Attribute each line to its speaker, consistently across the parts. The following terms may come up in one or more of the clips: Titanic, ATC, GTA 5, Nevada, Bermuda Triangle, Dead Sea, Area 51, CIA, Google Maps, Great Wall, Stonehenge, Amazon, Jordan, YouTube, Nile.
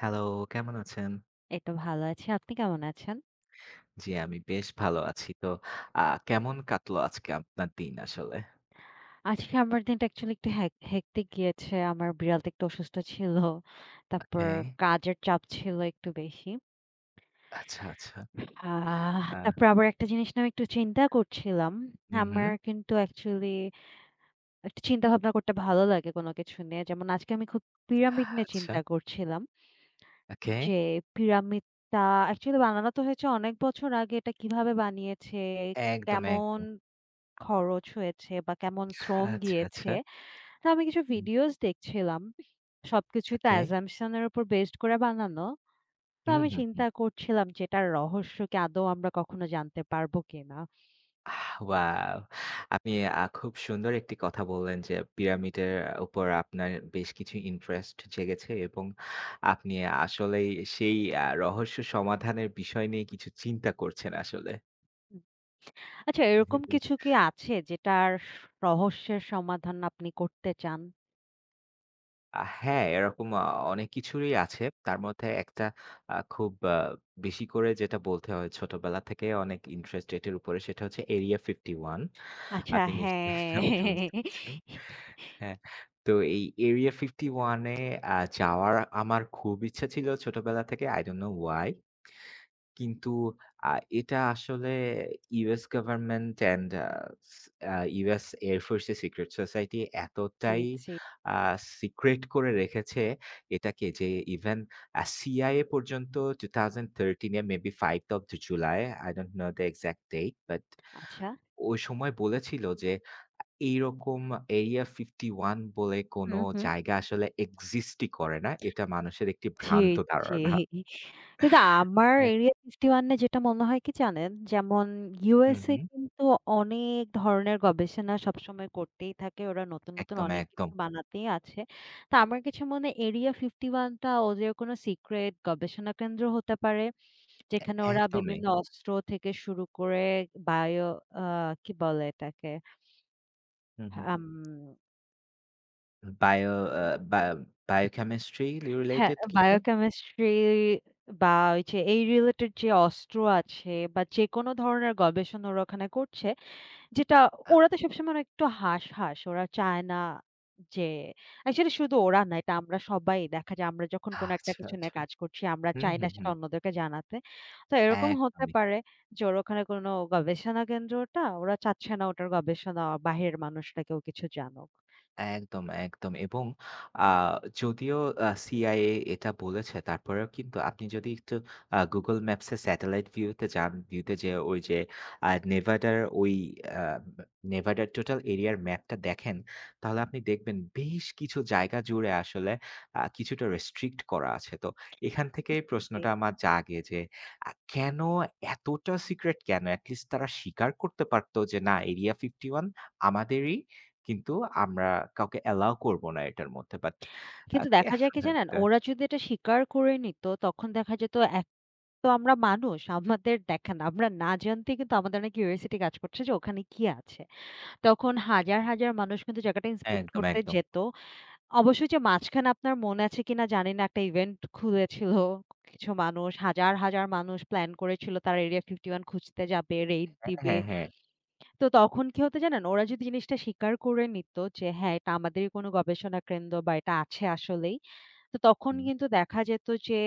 Speaker 1: Hello, কেমন আছেন?
Speaker 2: এই তো ভালো আছি। আপনি কেমন আছেন?
Speaker 1: জি, আমি বেশ ভালো আছি। তো আ কেমন কাটলো আজকে আপনার দিন আসলে?
Speaker 2: আজকে আমার দিনটা অ্যাকচুয়ালি একটু হেক্টিক গিয়েছে। আমার বিড়ালটা একটু অসুস্থ ছিল। তারপর
Speaker 1: ওকে।
Speaker 2: কাজের চাপ ছিল একটু বেশি।
Speaker 1: আচ্ছা, আচ্ছা। আ
Speaker 2: তারপর আবার একটা জিনিস নিয়ে আমি একটু চিন্তা করছিলাম।
Speaker 1: হুম, হুম।
Speaker 2: আমার কিন্তু অ্যাকচুয়ালি একটু চিন্তা ভাবনা করতে ভালো লাগে কোনো কিছু নিয়ে। যেমন আজকে আমি খুব পিরামিড নিয়ে
Speaker 1: আচ্ছা,
Speaker 2: চিন্তা করছিলাম।
Speaker 1: ওকে।
Speaker 2: যে পিরামিডটা অ্যাকচুয়ালি বানানো তো হয়েছে অনেক বছর আগে। এটা কিভাবে বানিয়েছে?
Speaker 1: একদম,
Speaker 2: কেমন
Speaker 1: একদম।
Speaker 2: খরচ হয়েছে বা কেমন শ্রম
Speaker 1: আচ্ছা, আচ্ছা।
Speaker 2: গিয়েছে? তো আমি কিছু
Speaker 1: হুম,
Speaker 2: ভিডিওস দেখছিলাম। সবকিছুই তো
Speaker 1: ওকে।
Speaker 2: assumption এর উপর বেসড করে বানানো। তো
Speaker 1: হুম,
Speaker 2: আমি
Speaker 1: হুম।
Speaker 2: চিন্তা করছিলাম যে এটার রহস্য কি আদৌ আমরা কখনো জানতে পারবো কিনা?
Speaker 1: ওয়াও! আপনি খুব সুন্দর একটি কথা বললেন যে পিরামিডের উপর আপনার বেশ কিছু ইন্টারেস্ট জেগেছে এবং আপনি আসলেই সেই রহস্য সমাধানের বিষয় নিয়ে কিছু চিন্তা করছেন আসলে।
Speaker 2: হুম। আচ্ছা এরকম কিছু কি আছে যেটার রহস্যের সমাধান আপনি করতে চান?
Speaker 1: হ্যাঁ, এরকম অনেক কিছুরই আছে। তার মধ্যে একটা খুব বেশি করে যেটা বলতে হয় ছোটবেলা থেকে অনেক ইন্টারেস্টেড এর উপরে সেটা হচ্ছে এরিয়া 51.
Speaker 2: আচ্ছা
Speaker 1: আপনি নিশ্চয়ই নাম
Speaker 2: হ্যাঁ।
Speaker 1: শুনছেন। হ্যাঁ, তো এই এরিয়া 51 এ যাওয়ার আমার খুব ইচ্ছা ছিল ছোটবেলা থেকে I don't know why, কিন্তু আ এটা আসলে US government and uh uh US Air Force এর সিক্রেট সোসাইটি
Speaker 2: জি,
Speaker 1: এতটাই
Speaker 2: জি।
Speaker 1: আ সিক্রেট করে রেখেছে এটাকে যে ইভেন সিআইএ পর্যন্ত 2013 এ maybe 5th of July, I don't know the exact date but
Speaker 2: আচ্ছা।
Speaker 1: ওই সময় বলেছিল যে এইরকম এরিয়া 51 বলে কোনো
Speaker 2: হুম, হুম।
Speaker 1: জায়গা আসলে এক্সিস্টই করে না। এটা মানুষের একটি
Speaker 2: জি,
Speaker 1: ভ্রান্ত
Speaker 2: জি।
Speaker 1: ধারণা।
Speaker 2: কিন্তু আমার
Speaker 1: এ
Speaker 2: এরিয়া 51 এ যেটা মনে হয় কি জানেন? যেমন
Speaker 1: হু, হু।
Speaker 2: USA কিন্তু অনেক ধরনের গবেষণা সবসময় করতেই থাকে। ওরা নতুন, নতুন
Speaker 1: একদম,
Speaker 2: অনেক কিছু
Speaker 1: একদম।
Speaker 2: বানাতেই আছে। তো আমার কিছু মনে হয় এরিয়া 51 টা ওদের কোনো সিক্রেট গবেষণা কেন্দ্র হতে পারে। যেখানে ওরা
Speaker 1: একদমই।
Speaker 2: বিভিন্ন অস্ত্র থেকে শুরু করে বায়ো আ কি বলে এটাকে?
Speaker 1: হুম, হুম।
Speaker 2: আম
Speaker 1: বায়ো আ বা বায়োকেমিস্ট্রি
Speaker 2: হ্যাঁ,
Speaker 1: রিলেটেড কিছু?
Speaker 2: বায়োকেমিস্ট্রি বা ওই যে এই রিলেটেড যে অস্ত্র আছে বা যেকোনো ধরনের গবেষণা ওরা ওখানে করছে, যেটা
Speaker 1: আ
Speaker 2: ওরা তো সবসময় অনেক একটু হাঁস-হাঁস। ওরা চায় না যে অ্যাকচুয়ালি শুধু ওরা না, এটা আমরা সবাই দেখা যায় আমরা যখন কোনো একটা
Speaker 1: আচ্ছা,
Speaker 2: কিছু নিয়ে
Speaker 1: আচ্ছা।
Speaker 2: কাজ করছি, আমরা
Speaker 1: হুম,
Speaker 2: চাই না
Speaker 1: হুম,
Speaker 2: সেটা
Speaker 1: হুম।
Speaker 2: অন্যদেরকে জানাতে। তো এরকম হতে
Speaker 1: একদমই।
Speaker 2: পারে যে ওর ওখানে কোনো গবেষণা কেন্দ্রটা, ওরা চাচ্ছে না ওটার গবেষণা বাহিরের মানুষরা কেউ কিছু জানুক।
Speaker 1: একদম, একদম এবং আ যদিও CIA এটা বলেছে তারপরেও কিন্তু আপনি যদি একটু Google Maps এ স্যাটেলাইট ভিউ তে যান, ভিউ তে যেয়ে ওই যে নেভাডার ওই আ নেভাডার টোটাল এরিয়ার ম্যাপটা দেখেন, তাহলে আপনি দেখবেন বেশ কিছু জায়গা জুড়ে আসলে কিছুটা রেস্ট্রিক্ট করা আছে। তো এখান থেকেই প্রশ্নটা আমার জাগে যে কেন এতটা সিক্রেট কেন? এটলিস্ট তারা স্বীকার করতে পারত যে না, এরিয়া 51 আমাদেরই। কিন্তু আমরা কাউকে অ্যালাও করব না এটার মধ্যে। বাট
Speaker 2: কিন্তু দেখা
Speaker 1: কেন
Speaker 2: যায় কি জানেন?
Speaker 1: এতটা,
Speaker 2: ওরা যদি এটা স্বীকার করে নিত, তখন দেখা যেত এক তো আমরা মানুষ, আমাদের দেখেন আমরা না জানতে কিন্তু আমাদের অনেক কিউরিওসিটি কাজ করছে যে ওখানে কি আছে? তখন হাজার, হাজার মানুষ কিন্তু জায়গাটা ইন্সপেক্ট
Speaker 1: একদম,
Speaker 2: করতে
Speaker 1: একদম।
Speaker 2: যেত। অবশ্যই যে মাঝখানে আপনার মনে আছে কিনা জানি না একটা ইভেন্ট খুলেছিল কিছু মানুষ, হাজার, হাজার মানুষ প্ল্যান করেছিল তারা এরিয়া 51 খুঁজতে যাবে, রেইড
Speaker 1: হ্যাঁ,
Speaker 2: দিবে।
Speaker 1: হ্যাঁ, হ্যাঁ।
Speaker 2: তো তখন কি হতো জানেন? ওরা যদি জিনিসটা স্বীকার করে নিত যে হ্যাঁ, এটা আমাদেরই কোনো গবেষণা কেন্দ্র বা এটা আছে আসলেই। তো তখন
Speaker 1: হুম।
Speaker 2: কিন্তু দেখা যেত যে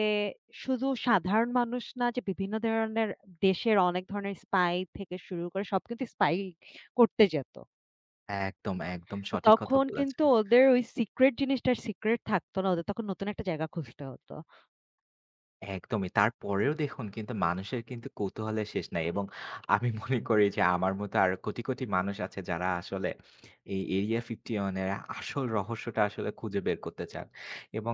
Speaker 2: শুধু সাধারণ মানুষ না যে বিভিন্ন ধরনের দেশের অনেক ধরনের স্পাই থেকে শুরু করে সব কিন্তু স্পাই করতে যেত।
Speaker 1: একদম, একদম
Speaker 2: তো
Speaker 1: সঠিক কথা
Speaker 2: তখন কিন্তু
Speaker 1: বলেছেন।
Speaker 2: ওদের ওই সিক্রেট জিনিসটার সিক্রেট থাকতো না। ওদের তখন নতুন একটা জায়গা খুঁজতে হতো।
Speaker 1: একদমই। তারপরেও দেখুন কিন্তু মানুষের কিন্তু কৌতূহলের শেষ নাই, এবং আমি মনে করি যে আমার মতো আরো কোটি, কোটি মানুষ আছে যারা আসলে এই এরিয়া 51 এর আসল রহস্যটা আসলে খুঁজে বের করতে চান। এবং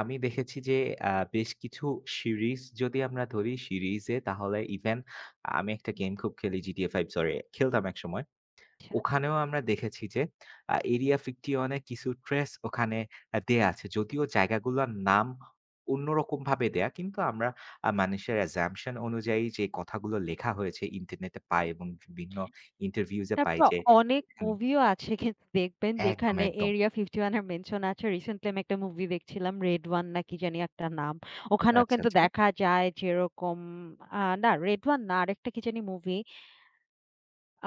Speaker 1: আমি দেখেছি যে বেশ কিছু সিরিজ যদি আমরা ধরি সিরিজে, তাহলে ইভেন আমি একটা গেম খুব খেলি GTA 5, সরি খেলতাম একসময়।
Speaker 2: আচ্ছা।
Speaker 1: ওখানেও আমরা দেখেছি যে এরিয়া 51 এ কিছু ট্রেস ওখানে দেয়া আছে। যদিও জায়গাগুলোর নাম অন্যরকমভাবে দেয়া। কিন্তু আমরা মানুষের assumption অনুযায়ী যে কথাগুলো লেখা হয়েছে, ইন্টারনেটে পাই এবং বিভিন্ন ইন্টারভিউজ এ পাই
Speaker 2: তারপর
Speaker 1: যে
Speaker 2: অনেক
Speaker 1: হুম,
Speaker 2: মুভিও আছে কিন্তু দেখবেন
Speaker 1: একদম,
Speaker 2: যেখানে
Speaker 1: একদম।
Speaker 2: এরিয়া 51 এর মেনশন আছে। রিসেন্টলি আমি একটা মুভি দেখছিলাম 'রেড ওয়ান' না কি জানি একটা নাম। ওখানেও
Speaker 1: আচ্ছা,
Speaker 2: কিন্তু
Speaker 1: আচ্ছা।
Speaker 2: দেখা যায় যেরকম আ না 'রেড ওয়ান' না আরেকটা কি জানি movie. Uh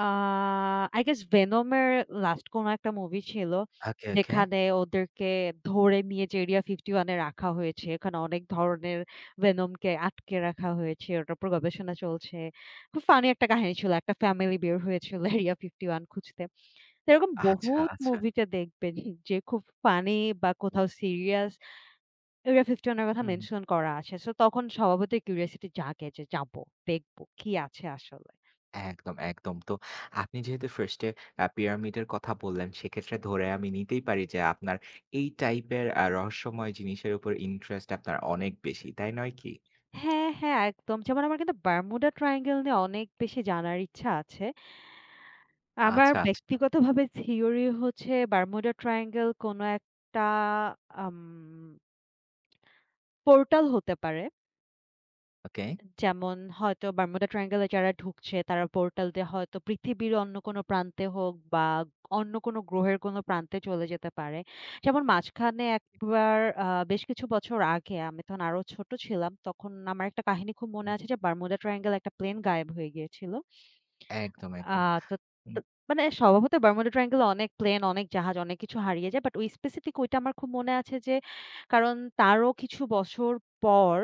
Speaker 2: I guess 'Venom' এর লাস্ট কোনো একটা মুভি ছিল।
Speaker 1: ওকে, ওকে।
Speaker 2: যেখানে ওদেরকে ধরে নিয়ে যে এরিয়া 51 এ রাখা হয়েছে। এখানে অনেক ধরনের 'ভেনম' কে আটকে রাখা হয়েছে। ওটার উপর গবেষণা চলছে। খুব ফানি একটা কাহিনী ছিল। একটা ফ্যামিলি বের হয়েছিল এরিয়া 51 খুঁজতে। সেরকম
Speaker 1: আচ্ছা,
Speaker 2: বহুত
Speaker 1: আচ্ছা।
Speaker 2: মুভিতে দেখবেন যে খুব ফানি বা কোথাও সিরিয়াস এরিয়া 51 এর কথা
Speaker 1: হুম।
Speaker 2: মেনশন করা আছে। সো তখন স্বভাবতই কিউরিওসিটি জাগে যে যাবো, দেখবো কি আছে আসলে।
Speaker 1: একদম, একদম। তো আপনি যেহেতু 1st এ পিরামিডের কথা বললেন, সেক্ষেত্রে ধরে আমি নিতেই পারি যে আপনার এই টাইপের রহস্যময় জিনিসের উপর ইন্টারেস্ট আপনার অনেক বেশি। তাই নয় কি?
Speaker 2: হ্যাঁ, হ্যাঁ, একদম। যেমন আমার কিন্তু বারমুডা ট্রায়াঙ্গেল নিয়ে অনেক বেশি জানার ইচ্ছা আছে। আমার
Speaker 1: আচ্ছা, আচ্ছা।
Speaker 2: ব্যক্তিগতভাবে থিওরি হচ্ছে বারমুডা ট্রায়াঙ্গেল কোনো একটা আম পোর্টাল হতে পারে।
Speaker 1: ওকে।
Speaker 2: যেমন হয়তো বারমুডা ট্রায়াঙ্গল এ যারা ঢুকছে তারা পোর্টাল দিয়ে হয়তো পৃথিবীর অন্য কোনো প্রান্তে হোক বা অন্য কোনো গ্রহের কোনো প্রান্তে চলে যেতে পারে। যেমন মাঝখানে একবার বেশ কিছু বছর আগে আমি তখন আরো ছোট ছিলাম। তখন আমার একটা কাহিনী খুব মনে
Speaker 1: হুম,
Speaker 2: আছে যে বারমুডা ট্রায়াঙ্গল এ একটা প্লেন গায়েব হয়ে গিয়েছিল।
Speaker 1: একদম, একদম।
Speaker 2: আচ্ছা। তো
Speaker 1: হুম,
Speaker 2: তো- মানে স্বভাবত বারমুডা ট্রায়াঙ্গলে অনেক প্লেন, অনেক জাহাজ, অনেক কিছু হারিয়ে যায়। বাট ওই স্পেসিফিক ওইটা আমার খুব মনে আছে যে কারণ তারও কিছু বছর পর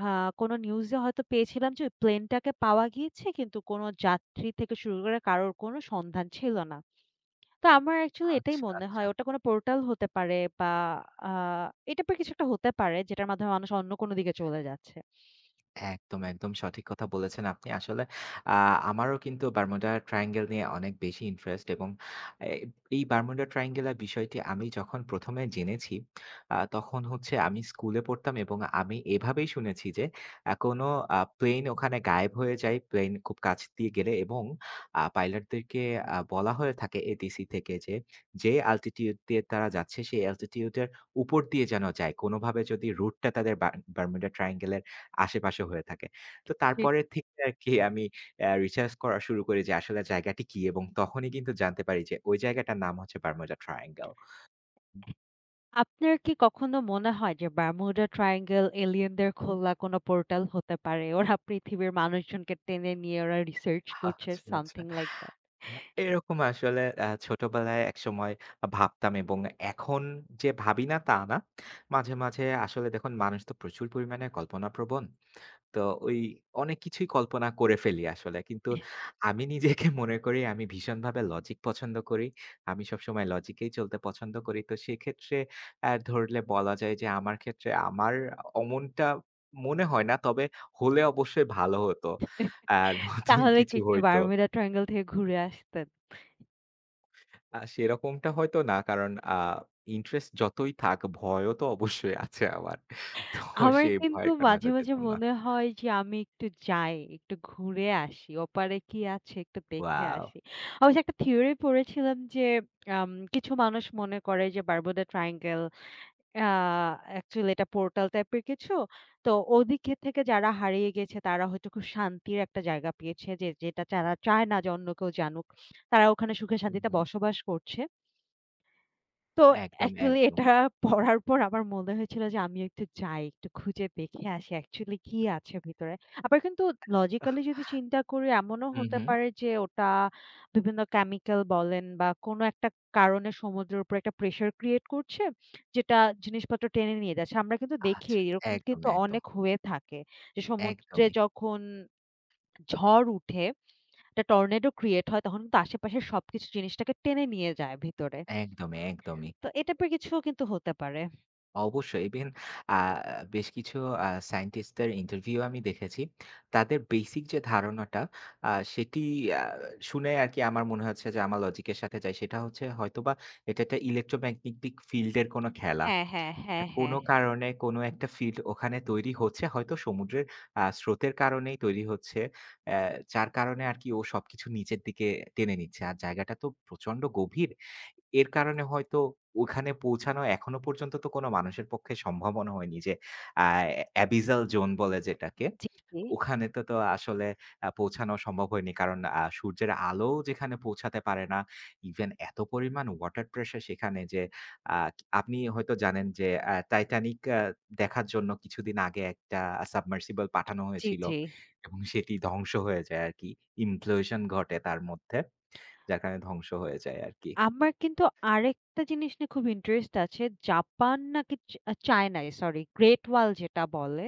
Speaker 2: আ কোন নিউজে হয়তো পেয়েছিলাম যে ওই প্লেনটাকে পাওয়া গিয়েছে কিন্তু কোন যাত্রী থেকে শুরু করে কারোর কোন সন্ধান ছিল না। তো আমার অ্যাকচুয়ালি এটাই
Speaker 1: আচ্ছা,
Speaker 2: মনে
Speaker 1: আচ্ছা।
Speaker 2: হয় ওটা কোন পোর্টাল হতে পারে বা আ এই টাইপের কিছু একটা হতে পারে যেটার মাধ্যমে মানুষ অন্য কোন দিকে চলে যাচ্ছে।
Speaker 1: একদম, একদম সঠিক কথা বলেছেন আপনি। আসলে আ আমারও কিন্তু বারমুডা ট্রায়াঙ্গল নিয়ে অনেক বেশি ইন্টারেস্ট, এবং এ এই বারমুডা ট্রায়াঙ্গলের বিষয়টি আমি যখন ১ম এ জেনেছি, তখন হচ্ছে আমি স্কুলে পড়তাম এবং আমি এভাবেই শুনেছি যে কোনো প্লেন ওখানে গায়েব হয়ে যায়, প্লেন খুব কাছ দিয়ে গেলে, এবং পাইলটদেরকে বলা হয়ে থাকে এটিসি থেকে যে, যে অ্যালটিটিউড দিয়ে তারা যাচ্ছে সেই অ্যালটিটিউড এর উপর দিয়ে যেন যায়, কোনোভাবে যদি রুটটা তাদের বারমুডা ট্রায়াঙ্গল আশেপাশে হয়ে থাকে। তো তারপরের থেকে আরকি আমি রিসার্চ করা শুরু করি যে আসলে জায়গাটি কি, এবং তখনই কিন্তু জানতে পারি যে ওই জায়গাটার নাম হচ্ছে বারমুডা ট্রায়াঙ্গল।
Speaker 2: আপনার কি কখনো মনে হয় যে বারমুডা ট্রায়াঙ্গল এলিয়েনদের খোলা কোনো পোর্টাল হতে পারে? ওরা পৃথিবীর মানুষজনকে টেনে নিয়ে ওরা রিসার্চ করছে
Speaker 1: আচ্ছা, আচ্ছা।
Speaker 2: something like that.
Speaker 1: এরকম আসলে ছোটবেলায় একসময় ভাবতাম, এবং এখন যে ভাবি না তা না। মাঝে, মাঝে আসলে দেখুন মানুষ তো প্রচুর পরিমাণে কল্পনাপ্রবণ। তো ওই অনেক কিছুই কল্পনা করে ফেলি আসলে। কিন্তু আমি নিজেকে মনে করি আমি ভীষণভাবে লজিক পছন্দ করি। আমি সবসময় লজিকেই চলতে পছন্দ করি। তো সেক্ষেত্রে ধরলে বলা যায় যে আমার ক্ষেত্রে আমার অমনটা মনে হয় না। তবে হলে অবশ্যই ভালো হতো। অ্যা নতুন
Speaker 2: তাহলে কি
Speaker 1: কিছু
Speaker 2: একটু
Speaker 1: হইতো।
Speaker 2: বারমুডা ট্রায়াঙ্গল থেকে ঘুরে আসতেন?
Speaker 1: সেরকমটা হয়তো না। কারণ ইন্টারেস্ট যতই থাক, ভয়ও তো অবশ্যই আছে আমার। তো
Speaker 2: আমার
Speaker 1: সেই
Speaker 2: কিন্তু
Speaker 1: ভয়ের কারণে
Speaker 2: মাঝে,
Speaker 1: হয়তো
Speaker 2: মাঝে
Speaker 1: যেতাম না।
Speaker 2: মনে হয় যে আমি একটু যাই, একটু ঘুরে আসি। ওপারে কি আছে একটু দেখে
Speaker 1: ওয়াও!
Speaker 2: আসি। অবশ্য একটা থিওরি পড়েছিলাম যে কিছু মানুষ মনে করে যে বারমুডা ট্রায়াঙ্গল আ অ্যাকচুয়ালি এটা পোর্টাল টাইপের কিছু। তো ওদিকে থেকে যারা হারিয়ে গেছে তারা হয়তো খুব শান্তির একটা জায়গা পেয়েছে যে যেটা তারা চায় না যে অন্য কেউ জানুক। তারা ওখানে সুখে
Speaker 1: হু,
Speaker 2: শান্তিতে
Speaker 1: হু।
Speaker 2: বসবাস করছে। তো
Speaker 1: একদম,
Speaker 2: অ্যাকচুয়ালি
Speaker 1: একদম।
Speaker 2: এটা পড়ার পর আমার মনে হয়েছিল যে আমিও একটু যাই, একটু খুঁজে দেখে আসি অ্যাকচুয়ালি কি আছে ভিতরে। আবার কিন্তু লজিক্যালি যদি চিন্তা করি এমনও
Speaker 1: হুম,
Speaker 2: হতে
Speaker 1: হুম।
Speaker 2: পারে যে ওটা বিভিন্ন কেমিক্যাল বলেন বা কোনো একটা কারণে সমুদ্রের উপর একটা প্রেশার ক্রিয়েট করছে, যেটা জিনিসপত্র টেনে নিয়ে যাচ্ছে। আমরা কিন্তু দেখি
Speaker 1: আচ্ছা।
Speaker 2: এরকম কিন্তু
Speaker 1: একদমই, একদম।
Speaker 2: অনেক হয়ে থাকে। যে সমুদ্রে
Speaker 1: একদমই,
Speaker 2: যখন ঝড় উঠে, একটা টর্নেডো ক্রিয়েট হয় তখন কিন্তু আশেপাশের সবকিছু জিনিসটাকে টেনে নিয়ে যায় ভিতরে।
Speaker 1: একদমই, একদমই।
Speaker 2: তো এটা পর কিছুও কিন্তু হতে পারে।
Speaker 1: অবশ্যই ইভেন আ বেশ কিছু সায়েন্টিস্টদের ইন্টারভিউ আমি দেখেছি। তাদের বেসিক যে ধারণাটা সেটি আ শুনে আরকি আমার মনে হচ্ছে যে আমার লজিক এর সাথে যায়। সেটা হচ্ছে হয়তোবা এটা একটা ইলেক্ট্রোম্যাগনেটিক ফিল্ড এর কোন খেলা।
Speaker 2: হ্যাঁ, হ্যাঁ, হ্যাঁ,
Speaker 1: কোনো
Speaker 2: হ্যাঁ।
Speaker 1: কারণে কোনো একটা ফিল্ড ওখানে তৈরি হচ্ছে। হয়তো সমুদ্রের স্রোতের কারণেই তৈরি হচ্ছে। অ্যা যার কারণে আরকি ও সবকিছু নিচের দিকে টেনে নিচ্ছে। আর জায়গাটা তো প্রচন্ড গভীর। এর কারণে হয়তো ওখানে পৌঁছানো এখনো পর্যন্ত তো কোনো মানুষের পক্ষে সম্ভাবনা হয়নি যে আ অ্যাবিসাল জোন বলে যেটাকে।
Speaker 2: জি, জি,
Speaker 1: ওখানে তো আসলে পৌঁছানো সম্ভব হয়নি। কারণ সূর্যের আলো যেখানে পৌঁছাতে পারে না, ইভেন এত পরিমাণ ওয়াটার প্রেশার সেখানে যে আ আপনি হয়তো জানেন যে 'টাইটানিক' দেখার জন্য কিছুদিন আগে একটা সাবমার্সিবল পাঠানো
Speaker 2: জি,
Speaker 1: হয়েছিল,
Speaker 2: জি।
Speaker 1: এবং সেটি ধ্বংস হয়ে যায় আরকি। Implosion ঘটে তার মধ্যে। যার কারণে ধ্বংস হয়ে যায় আরকি।
Speaker 2: আমার কিন্তু আরেকটা জিনিস নিয়ে খুব ইন্টারেস্ট আছে। জাপান নাকি চায়নায় সরি গ্রেট ওয়াল যেটা বলে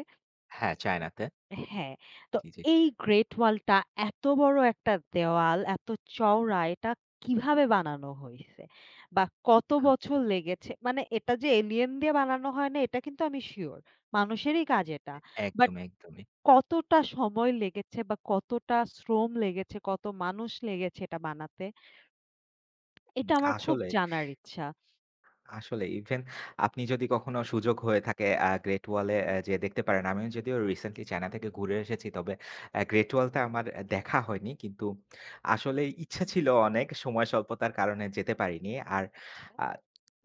Speaker 1: হ্যাঁ, চায়নাতে।
Speaker 2: হ্যাঁ, তো
Speaker 1: জি, জি।
Speaker 2: এই গ্রেট ওয়ালটা এত বড় একটা দেওয়াল, এত চওড়া এটা কিভাবে বানানো হইছে? বা কত
Speaker 1: আচ্ছা।
Speaker 2: বছর লেগেছে? মানে এটা যে এলিয়েন দিয়ে বানানো হয় না এটা কিন্তু আমি সিউর। মানুষেরই কাজ এটা। বাট
Speaker 1: একদমই, একদমই।
Speaker 2: কতটা সময় লেগেছে বা কতটা শ্রম লেগেছে, কত মানুষ লেগেছে এটা বানাতে?
Speaker 1: হুম,
Speaker 2: এটা আমার খুব
Speaker 1: আসলে
Speaker 2: জানার ইচ্ছা।
Speaker 1: আসলে ইভেন আপনি যদি কখনো সুযোগ হয়ে থাকে, গ্রেট ওয়ালে যেয়ে দেখতে পারেন। আমিও যদিও রিসেন্টলি চায়না থেকে ঘুরে এসেছি। তবে গ্রেট ওয়ালটা আমার দেখা হয়নি। কিন্তু আসলে ইচ্ছা ছিল অনেক, সময় স্বল্পতার কারণে যেতে পারিনি। আর
Speaker 2: আচ্ছা।
Speaker 1: আ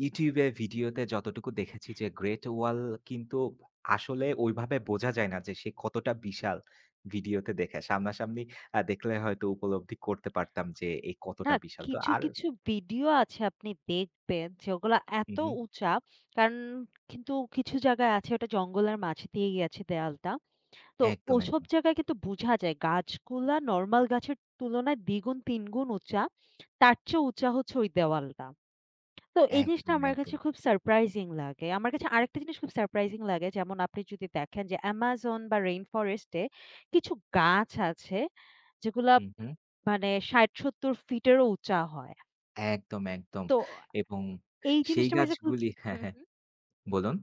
Speaker 1: YouTube এ ভিডিওতে যতটুকু দেখেছি যে গ্রেট ওয়াল কিন্তু আসলে ওইভাবে বোঝা যায় না যে সে কতটা বিশাল ভিডিওতে দেখে। সামনাসামনি দেখলে হয়তো উপলব্ধি করতে পারতাম যে এ
Speaker 2: না,
Speaker 1: কতটা বিশাল। তো আর
Speaker 2: কিছু ভিডিও আছে আপনি দেখবেন যেগুলা
Speaker 1: হু,
Speaker 2: এত
Speaker 1: হু।
Speaker 2: উঁচা কারণ কিন্তু কিছু জায়গায় আছে ওটা জঙ্গলের মাঝ দিয়ে গেছে দেয়ালটা। তো
Speaker 1: একদম,
Speaker 2: ওসব
Speaker 1: একদম।
Speaker 2: জায়গায় কিন্তু বুঝা যায় গাছগুলা নরমাল গাছের তুলনায় দ্বিগুণ, তিনগুণ উঁচা। তার চেয়ে উঁচা হচ্ছে ওই দেওয়ালটা। তো এই জিনিসটা
Speaker 1: একদম,
Speaker 2: আমার কাছে
Speaker 1: একদম।
Speaker 2: খুব সারপ্রাইজিং লাগে। আমার কাছে আরেকটা জিনিস খুব সারপ্রাইজিং লাগে। যেমন আপনি যদি দেখেন যে Amazon বা রেইন ফরেস্ট এ কিছু গাছ আছে যেগুলা
Speaker 1: হুম, হুম।
Speaker 2: মানে ৬০-৭০ ফিটেরও উঁচা হয়।
Speaker 1: একদম, একদম।
Speaker 2: তো
Speaker 1: এবং
Speaker 2: এই
Speaker 1: সেই
Speaker 2: জিনিসটা আমার কাছে খুব
Speaker 1: গাছগুলি, হ্যাঁ,
Speaker 2: হুম,
Speaker 1: হ্যাঁ,
Speaker 2: হুম।
Speaker 1: বলুন।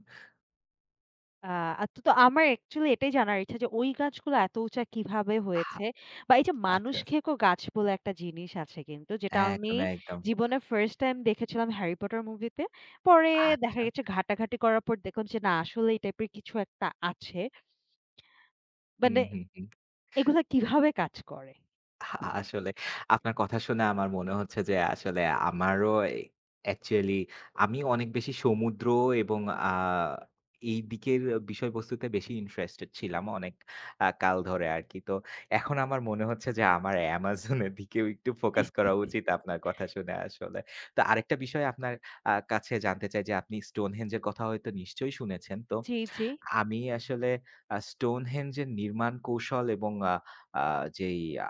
Speaker 2: আহ তো আমার অ্যাকচুয়ালি এটাই জানার ইচ্ছা যে ওই গাছগুলো এত উঁচা কিভাবে
Speaker 1: আহা!
Speaker 2: হয়েছে? বা এই যে মানুষ
Speaker 1: আচ্ছা, আচ্ছা।
Speaker 2: খেকো গাছ বলে একটা জিনিস আছে কিন্তু যেটা আমি
Speaker 1: একদম, একদম।
Speaker 2: জীবনে ফার্স্ট টাইম দেখেছিলাম 'হ্যারি পটার' মুভিতে। পরে দেখা
Speaker 1: আচ্ছা।
Speaker 2: গেছে ঘাটাঘাটি করার পর দেখলাম যে না আসলে এই টাইপের কিছু একটা আছে।
Speaker 1: হুম,
Speaker 2: মানে
Speaker 1: হুম, হুম।
Speaker 2: এগুলা কিভাবে কাজ করে?
Speaker 1: আ আসলে আপনার কথা শুনে আমার মনে হচ্ছে যে আসলে আমারও অ্যাকচুয়ালি আমি অনেক বেশি সমুদ্র এবং আ এই দিকের বিষয়বস্তুতে বেশি ইন্টারেস্টেড ছিলাম অনেক কাল ধরে আরকি। তো এখন আমার মনে হচ্ছে যে আমার Amazon এর দিকেও একটু ফোকাস করা উচিত আপনার কথা শুনে আসলে। তো আরেকটা বিষয় আপনার কাছে জানতে চাই যে আপনি Stonehenge এর কথা হয়তো নিশ্চয়ই শুনেছেন। তো
Speaker 2: জি, জি।
Speaker 1: আমি আসলে Stonehenge এর নির্মাণ কৌশল এবং আ আ যেই আ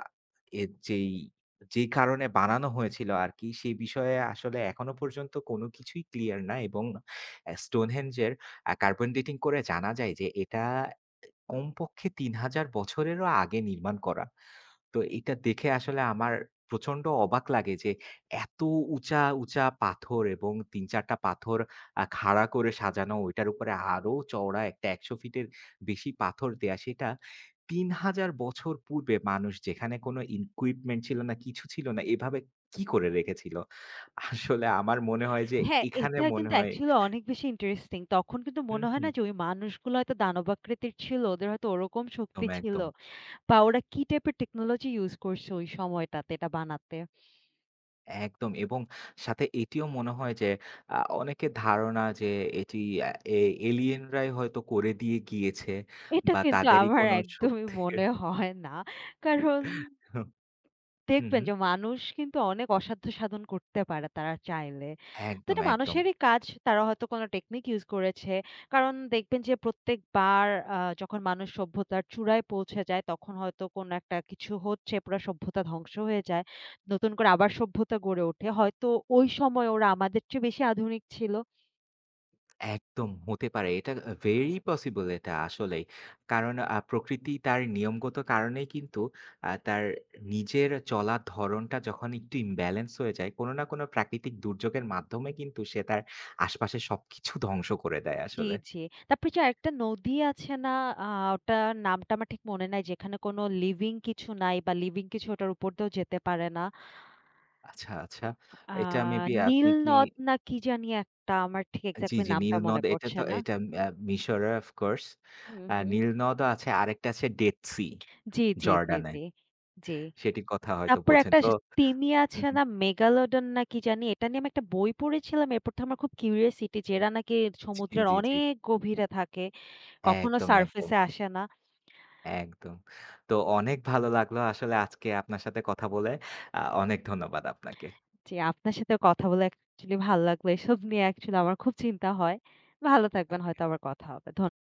Speaker 1: এর যেই যেই কারণে বানানো হয়েছিল আরকি, সেই বিষয়ে আসলে এখনো পর্যন্ত কোনো কিছুই ক্লিয়ার না, এবং Stonehenge এর কার্বন ডেটিং করে জানা যায় যে এটা কমপক্ষে ৩,০০০ বছরেরও আগে নির্মাণ করা। তো এটা দেখে আসলে আমার প্রচন্ড অবাক লাগে যে এত উঁচা, উঁচা পাথর, এবং ৩-৪ টা পাথর খাড়া করে সাজানো, ওইটার উপরে আরো চওড়া একটা ১০০ ফিটের বেশি পাথর দেয়া। সেটা ৩,০০০ বছর পূর্বে মানুষ, যেখানে কোনো ইকুইপমেন্ট ছিল না, কিছু ছিল না, এভাবে কি করে রেখেছিল? আসলে আমার মনে হয় যে
Speaker 2: হ্যাঁ,
Speaker 1: এখানে
Speaker 2: এটা
Speaker 1: মনে
Speaker 2: কিন্তু
Speaker 1: হয়,
Speaker 2: অ্যাকচুয়ালি অনেক বেশি ইন্টারেস্টিং। তখন কিন্তু
Speaker 1: হুম,
Speaker 2: মনে হয়
Speaker 1: হুম।
Speaker 2: না যে ওই মানুষগুলো হয়তো দানবাকৃতির ছিল। ওদের হয়তো ওরকম
Speaker 1: একদম,
Speaker 2: শক্তি ছিল
Speaker 1: একদম।
Speaker 2: বা ওরা কি টাইপের টেকনোলজি ইউজ করছে ওই সময়টাতে এটা বানাতে।
Speaker 1: একদম, এবং সাথে এটিও মনে হয় যে আ অনেকের ধারণা যে এটি আ এ এলিয়েনরাই হয়তো করে দিয়ে গিয়েছে
Speaker 2: এটা
Speaker 1: বা
Speaker 2: কিন্তু
Speaker 1: তাদেরই
Speaker 2: আমার
Speaker 1: কোনো
Speaker 2: একদমই
Speaker 1: শক্তির,
Speaker 2: মনে হয় না। কারণ
Speaker 1: হুম,
Speaker 2: দেখবেন
Speaker 1: হুম।
Speaker 2: যে মানুষ কিন্তু অনেক অসাধ্য সাধন করতে পারে তারা চাইলে। তো
Speaker 1: একদম,
Speaker 2: এটা
Speaker 1: একদম,
Speaker 2: মানুষেরই কাজ। তারা হয়তো কোনো টেকনিক ইউস করেছে। কারণ দেখবেন যে প্রত্যেকবার যখন মানুষ সভ্যতার চূড়ায় পৌঁছে যায় তখন হয়তো কোনো একটা কিছু হচ্ছে, পুরা সভ্যতা ধ্বংস হয়ে যায়। নতুন করে আবার সভ্যতা গড়ে ওঠে। হয়তো ওই সময় ওরা আমাদের চেয়ে বেশি আধুনিক ছিল।
Speaker 1: একদম হতে পারে। এটা ভেরি পসিবল এটা আসলেই। কারণ প্রকৃতি তার নিয়মগত কারণেই কিন্তু তার নিজের চলার ধরনটা যখন একটু ইমব্যালেন্স হয়ে যায়, কোনো না কোনো প্রাকৃতিক দুর্যোগের মাধ্যমে কিন্তু সে তার আশপাশের সবকিছু ধ্বংস করে দেয়
Speaker 2: জি,
Speaker 1: আসলে।
Speaker 2: জি। তারপরে যে আরেকটা নদী আছে না? আ ওটার নামটা আমার ঠিক মনে নাই। যেখানে কোনো লিভিং কিছু নাই বা লিভিং কিছু ওটার উপর দিয়েও যেতে পারে না।
Speaker 1: আচ্ছা, আচ্ছা।
Speaker 2: আ
Speaker 1: এটা মেবি
Speaker 2: নীল
Speaker 1: আপনি কি,
Speaker 2: নদ না কি জানি একটা আমার ঠিক
Speaker 1: জি,
Speaker 2: এক্সাক্টলি
Speaker 1: জি,
Speaker 2: নামটা
Speaker 1: নীলনদ,
Speaker 2: মনে
Speaker 1: এটা
Speaker 2: পড়ছে
Speaker 1: তো
Speaker 2: না।
Speaker 1: আ মিশরে, অফ কোর্স।
Speaker 2: হুম, হুম।
Speaker 1: নীলনদও আছে, আরেকটা আছে ডেড সি
Speaker 2: জি, জি, জি,
Speaker 1: জর্ডানে।
Speaker 2: জি, জি।
Speaker 1: সেটির কথা হয়তো
Speaker 2: তারপরে
Speaker 1: বলছেন।
Speaker 2: একটা
Speaker 1: তো
Speaker 2: স তিমি
Speaker 1: হুম,
Speaker 2: আছে
Speaker 1: হুম।
Speaker 2: না মেগালোডন না কি জানি এটা নিয়ে আমি একটা বই পড়েছিলাম। এরপর থেকে আমার খুব কিউরিওসিটি যে এরা নাকি
Speaker 1: জি,
Speaker 2: সমুদ্রের
Speaker 1: জি, জি।
Speaker 2: অনেক গভীরে থাকে। কখনো
Speaker 1: একদম,
Speaker 2: সারফেস
Speaker 1: একদম,
Speaker 2: এ আসে না।
Speaker 1: একদম। তো অনেক ভালো লাগলো আসলে আজকে আপনার সাথে কথা বলে। অনেক ধন্যবাদ আপনাকে।
Speaker 2: জি, আপনার সাথে কথা বলে অ্যাকচুয়ালি ভালো লাগলো। এসব নিয়ে অ্যাকচুয়ালি আমার খুব চিন্তা হয়। ভালো থাকবেন হয়তো আবার কথা হবে। ধন্য